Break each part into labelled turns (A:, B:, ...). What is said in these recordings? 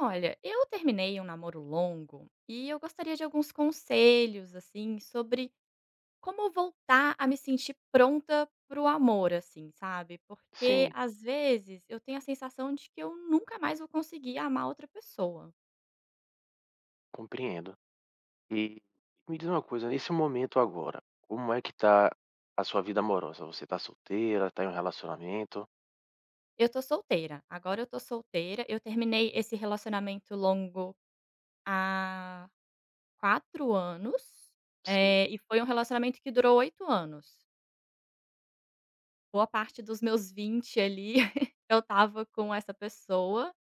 A: Olha, eu terminei um namoro longo e eu gostaria de alguns conselhos, assim, sobre como voltar a me sentir pronta para o amor, assim, sabe? Porque
B: Sim,
A: às vezes eu tenho a sensação de que eu nunca mais vou conseguir amar outra pessoa.
B: compreendo. E me diz uma coisa, nesse momento agora, como é que tá a sua vida amorosa? Você tá solteira, tá em um relacionamento?
A: Eu tô solteira, agora eu tô solteira. Eu terminei esse relacionamento longo há 4 anos,
B: Sim,
A: e foi um relacionamento que durou 8 anos. Boa parte dos meus 20 ali eu tava com essa pessoa.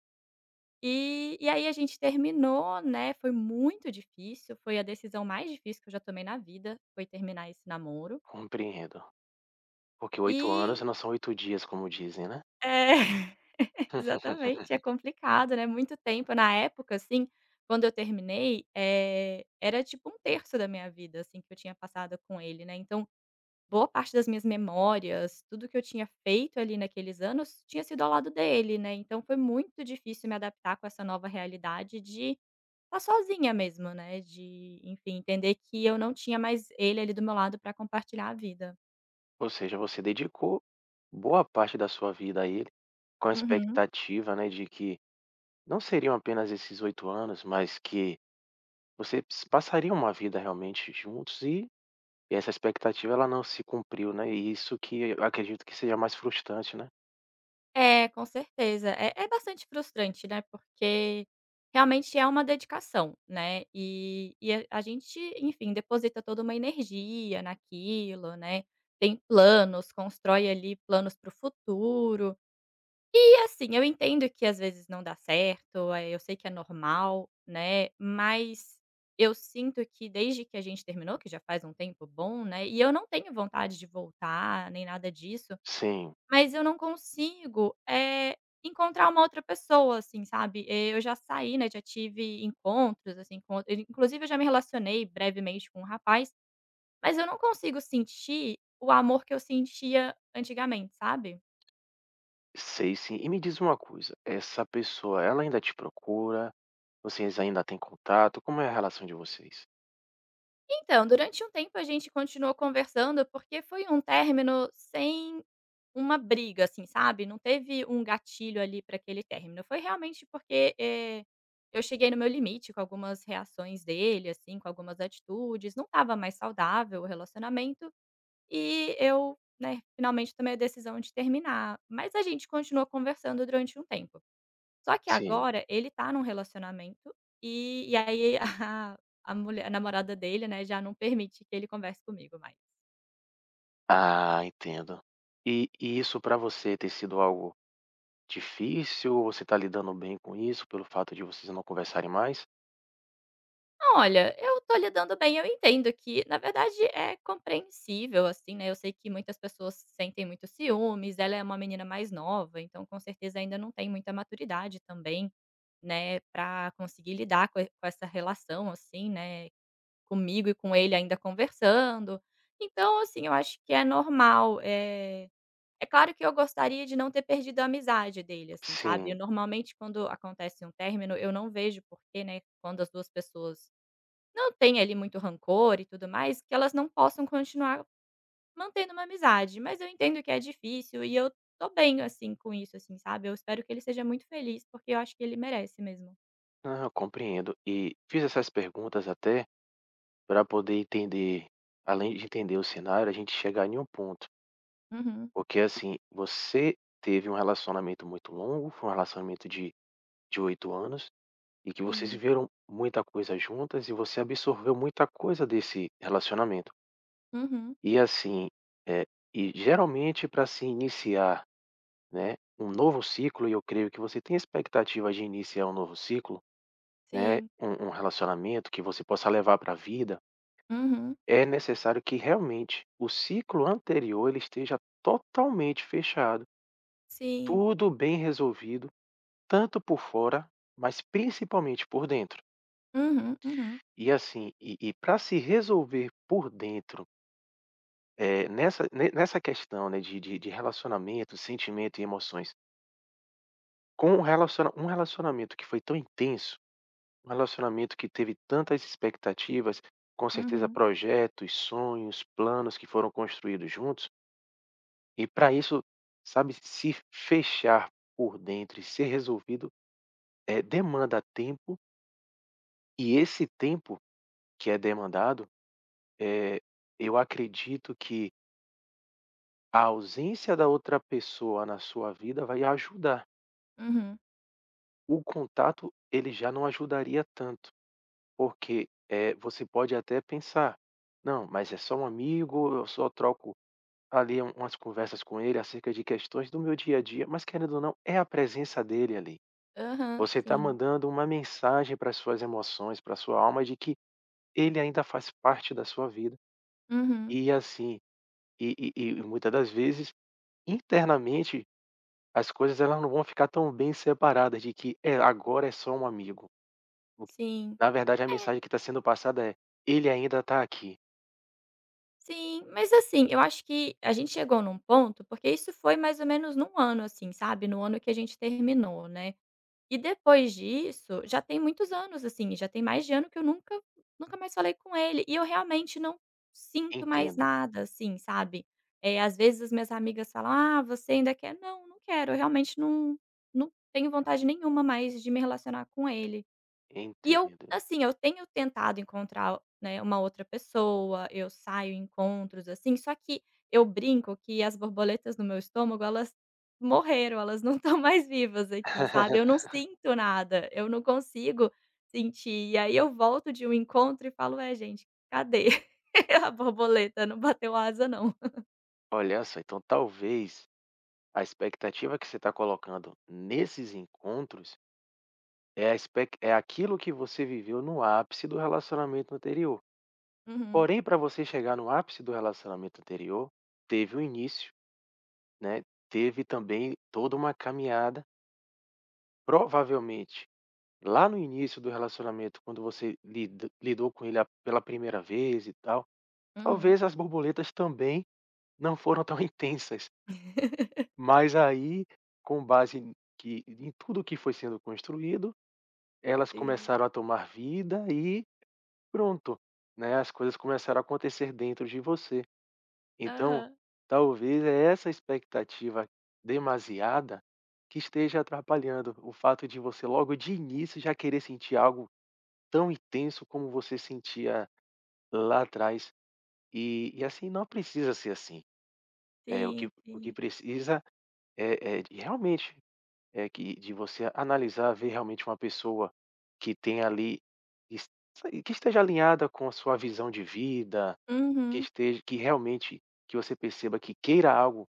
A: E aí a gente terminou, né, foi muito difícil, foi a decisão mais difícil que eu já tomei na vida, foi terminar esse namoro.
B: compreendo. Porque 8 anos
A: E
B: não são 8 dias, como dizem, né?
A: é, exatamente, é complicado, né, muito tempo. Na época, assim, quando eu terminei, era tipo um terço da minha vida, assim, que eu tinha passado com ele, né, então boa parte das minhas memórias, tudo que eu tinha feito ali naqueles anos, tinha sido ao lado dele, né, então foi muito difícil me adaptar com essa nova realidade de tá sozinha mesmo, né, de, enfim, entender que eu não tinha mais ele ali do meu lado pra compartilhar a vida.
B: Ou seja, você dedicou boa parte da sua vida a ele, com a
A: Uhum.
B: expectativa, né, de que não seriam apenas esses 8 anos, mas que vocês passariam uma vida realmente juntos e essa expectativa ela não se cumpriu, né, e isso que eu acredito que seja mais frustrante, né.
A: É, com certeza. É bastante frustrante, né, porque realmente é uma dedicação, né, e a gente, enfim, deposita toda uma energia naquilo, né, tem planos, constrói ali planos para o futuro. E assim, eu entendo que às vezes não dá certo, eu sei que é normal, né, mas eu sinto que desde que a gente terminou, que já faz um tempo bom, né, e eu não tenho vontade de voltar nem nada disso,
B: Sim,
A: mas eu não consigo, encontrar uma outra pessoa, assim, sabe. Eu já saí, né, já tive encontros, assim, com outras inclusive eu já me relacionei brevemente com um rapaz, mas eu não consigo sentir o amor que eu sentia antigamente, sabe?
B: sei sim. E me diz uma coisa, essa pessoa ela ainda te procura? Vocês ainda têm contato? Como é a relação de vocês?
A: Então, durante um tempo a gente continuou conversando, porque foi um término sem uma briga, assim, sabe, não teve um gatilho ali para aquele término, foi realmente porque, eu cheguei no meu limite com algumas reações dele, assim, com algumas atitudes, não estava mais saudável o relacionamento, e eu, né, finalmente tomei a decisão de terminar, mas a gente continuou conversando durante um tempo. Só que
B: Sim.
A: agora ele tá num relacionamento, e aí a mulher a namorada dele, né, já não permite que ele converse comigo mais.
B: Ah, entendo. E isso para você ter sido algo difícil ou você tá lidando bem com isso pelo fato de vocês não conversarem mais?
A: Olha, eu tô lidando bem, eu entendo que na verdade é compreensível, assim, né, eu sei que muitas pessoas sentem muito ciúmes, ela é uma menina mais nova, então com certeza ainda não tem muita maturidade também, né, pra conseguir lidar com e com essa relação, assim, né, comigo e com ele ainda conversando. Então, assim, eu acho que é normal, é claro que eu gostaria de não ter perdido a amizade dele, assim, sabe. Eu
B: Sim.
A: normalmente quando acontece um término, eu não vejo porquê, né, quando as 2 pessoas não têm ali muito rancor e tudo mais, que elas não possam continuar mantendo uma amizade. Mas eu entendo que é difícil e eu estou bem, assim, com isso, assim, sabe. Eu espero que ele seja muito feliz, porque eu acho que ele merece mesmo.
B: Não, eu compreendo. E fiz essas perguntas até para poder entender, além de entender o cenário, a gente chegar em um ponto.
A: Uhum.
B: Porque, assim, você teve um relacionamento muito longo, foi um relacionamento de 8 anos, e que vocês
A: Sim.
B: viveram muita coisa juntas e você absorveu muita coisa desse relacionamento.
A: Uhum.
B: E assim, eh, e geralmente para se iniciar, né, um novo ciclo, e eu creio que você tem expectativa de iniciar um novo ciclo, né,
A: Sim.
B: um relacionamento que você possa levar para a vida,
A: Uhum.
B: é necessário que realmente o ciclo anterior ele esteja totalmente fechado,
A: Sim.
B: tudo bem resolvido, tanto por fora, mas principalmente por dentro.
A: Uhum, uhum.
B: E assim, e, para se resolver por dentro, nessa questão, né, de relacionamento, sentimento e emoções, com um, relaciona um relacionamento que foi tão intenso, um relacionamento que teve tantas expectativas, com certeza
A: Uhum.
B: projetos, sonhos, planos que foram construídos juntos, e para isso, sabe, se fechar por dentro e ser resolvido, demanda tempo, e esse tempo que é demandado. Eh, eu acredito que a ausência da outra pessoa na sua vida vai ajudar.
A: Uhum.
B: O contato, ele já não ajudaria tanto, porque, você pode até pensar: "Não, mas é só um amigo, eu só troco ali umas conversas com ele acerca de questões do meu dia a dia", mas querendo ou não, é a presença dele ali.
A: Aham.
B: Você está
A: Sim.
B: mandando uma mensagem para as suas emoções, para a sua alma, de que ele ainda faz parte da sua vida.
A: Uhum.
B: E assim, e e e muita das vezes, internamente, as coisas elas não vão ficar tão bem separadas de que: "É, agora é só um amigo". O
A: Sim.
B: Na verdade a
A: É,
B: mensagem que está sendo passada é: "Ele ainda está aqui,
A: sim, mas assim, eu acho que a gente chegou num ponto, porque isso foi mais ou menos num ano, assim, sabe, no ano que a gente terminou, né. E depois disso, já tem muitos anos, assim, já tem mais de ano que eu nunca mais falei com ele, e eu realmente não sinto mais
B: entendo,
A: nada, assim, sabe. Às vezes as minhas amigas falam: "Ah, você ainda quer?" Não, não quero, eu realmente não tenho vontade nenhuma mais de me relacionar com ele. E eu,
B: entendo".
A: assim, eu tenho tentado encontrar, né, uma outra pessoa, eu saio em encontros, assim, só que eu brinco que as borboletas no meu estômago, elas morreram, elas não estão mais vivas aqui, sabe. Eu não sinto nada, eu não consigo sentir. E aí eu volto de um encontro e falo: é gente, cadê a borboleta? Não bateu asa não".
B: Olha só, então talvez a expectativa que você está colocando nesses encontros é a expec é aquilo que você viveu no ápice do relacionamento anterior.
A: Uhum,
B: Porém, para você chegar no ápice do relacionamento anterior, teve o início, né, teve também toda uma caminhada. Provavelmente lá no início do relacionamento, quando você lida lidou com ele a pela primeira vez e tal,
A: uhum.
B: talvez as borboletas também não foram tão intensas, mas aí, com base n que em tudo que foi sendo construído, elas
A: Sim.
B: começaram a tomar vida e pronto, né, as coisas começaram a acontecer dentro de você. Então,
A: Aham.
B: talvez é essa expectativa demasiada que esteja atrapalhando, o fato de você logo de início já querer sentir algo tão intenso como você sentia lá atrás. E assim não precisa ser assim. Eh, o que
A: Sim,
B: o que
A: sim.
B: precisa é de realmente, é que de você analisar, ver realmente uma pessoa que tem ali es que esteja alinhada com a sua visão de vida, que
A: Uhum,
B: esteja, que realmente, que você perceba que queira algo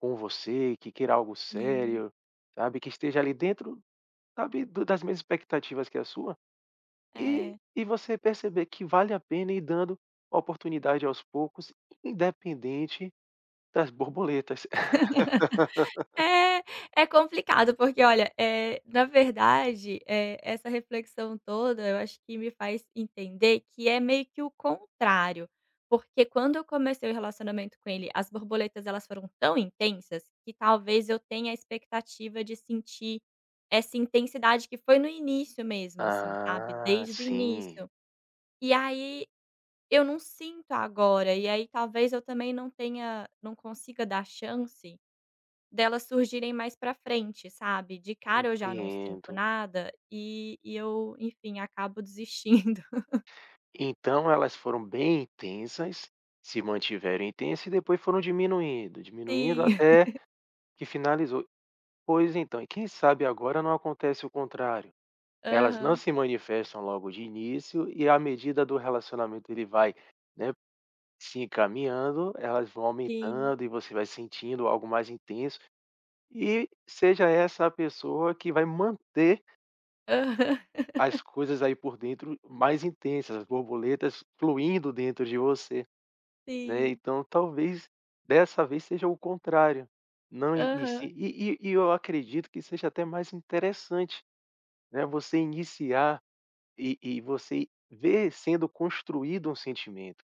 B: com você, que queira algo
A: sim.
B: sério, sabe, que esteja ali dentro, sabe, do das mesmas expectativas que a sua.
A: É.
B: E você perceber que vale a pena ir dando oportunidade aos poucos, independente das borboletas.
A: É, é complicado porque olha, na verdade, essa reflexão toda eu acho que me faz entender que é meio que o contrário, porque quando eu comecei o relacionamento com ele, as borboletas elas foram tão intensas que talvez eu tenha a expectativa de sentir essa intensidade que foi no início mesmo, assim, sabe,
B: Ah,
A: desde o
B: sim,
A: início. E aí eu não sinto agora, e aí talvez eu também não tenha não consiga dar chance delas surgirem mais pra frente, sabe. De cara eu já não sinto
B: compreendo.
A: nada e eu, enfim, acabo desistindo.
B: Então elas foram bem intensas, se mantiveram intensas e depois foram diminuindo, diminuindo
A: Sim.
B: até que finalizou. Pois então, e quem sabe agora não acontece o contrário. Elas não
A: Aham.
B: se manifestam logo de início e à medida do relacionamento ele vai, né, se encaminhando, elas vão
A: Sim.
B: aumentando e você vai sentindo algo mais intenso, e seja essa a pessoa que vai manter
A: Aham.
B: as coisas aí por dentro mais intensas, as borboletas fluindo dentro de você, né,
A: Sim.
B: então talvez dessa vez seja o contrário, não
A: Aham.
B: inicie, e eu acredito que seja até mais interessante, né, você iniciar e você ver sendo construído um sentimento.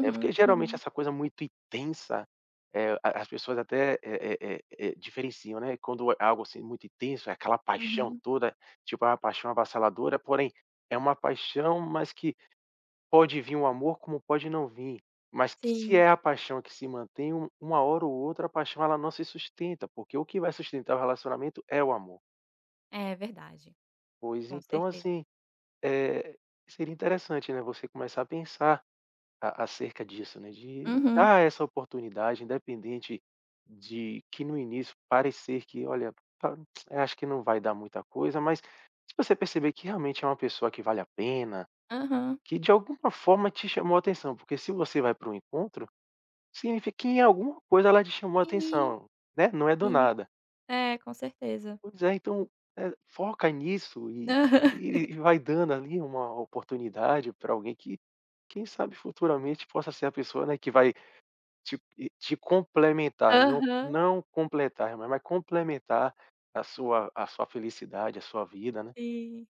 B: É, porque geralmente
A: uhum,
B: essa coisa muito intensa, a as pessoas até, diferenciam, né, quando é algo, assim, muito intenso, é aquela paixão
A: uhum.
B: toda, tipo, é uma paixão avassaladora, porém, é uma paixão, mas que pode vir um amor, como pode não vir. Mas que se
A: Sim.
B: é a paixão que se mantém, uma hora ou outra a paixão ela não se sustenta, porque o que vai sustentar o relacionamento é o amor.
A: É verdade.
B: Pois
A: Com
B: então,
A: certeza.
B: assim, eh, seria interessante, né, você começar a pensar A acerca disso, né, de
A: Uhum.
B: dar essa oportunidade independente de que no início parecer que olha, tá, eu acho que não vai dar muita coisa, mas se você perceber que realmente é uma pessoa que vale a pena,
A: Aham.
B: que de alguma forma te chamou a atenção, porque se você vai para um encontro, significa que em alguma coisa ela te chamou a
A: Sim,
B: atenção, né, não é do
A: sim.
B: nada.
A: É, com certeza.
B: Pois é, então, foca nisso e
A: Aham.
B: e e vai dando ali uma oportunidade para alguém que, quem sabe, futuramente possa ser a pessoa, né, que vai te complementar, não completar, mas complementar a sua felicidade, a sua vida, né.
A: Sim.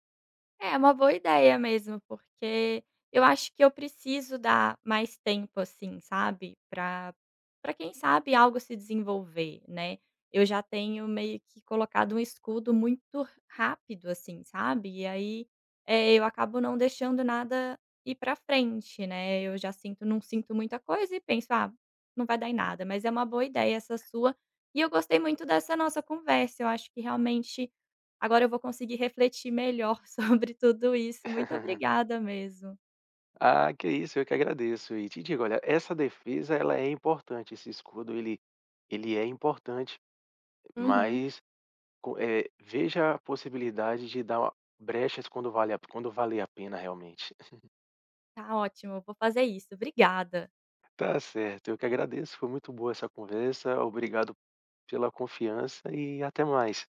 A: É uma boa ideia mesmo, porque eu acho que eu preciso dar mais tempo, assim, sabe, pra quem sabe algo se desenvolver, né. Eu já tenho meio que colocado um escudo muito rápido, assim, sabe, e aí, eu acabo não deixando nada ir pra frente, né. Eu já sinto não sinto muita coisa e penso: "Ah, não vai dar em nada", mas é uma boa ideia essa sua, e eu gostei muito dessa nossa conversa. Eu acho que realmente agora eu vou conseguir refletir melhor sobre tudo isso. Muito obrigada mesmo.
B: Ah, que isso, eu que agradeço e te digo, olha, essa defesa ela é importante, esse escudo ele ele é importante,
A: Uhum.
B: mas co veja a possibilidade de dar brechas quando vale a pena realmente.
A: Tá ótimo, vou fazer isso. Obrigada.
B: Tá certo, eu que agradeço, foi muito boa essa conversa, obrigado pela confiança e até mais.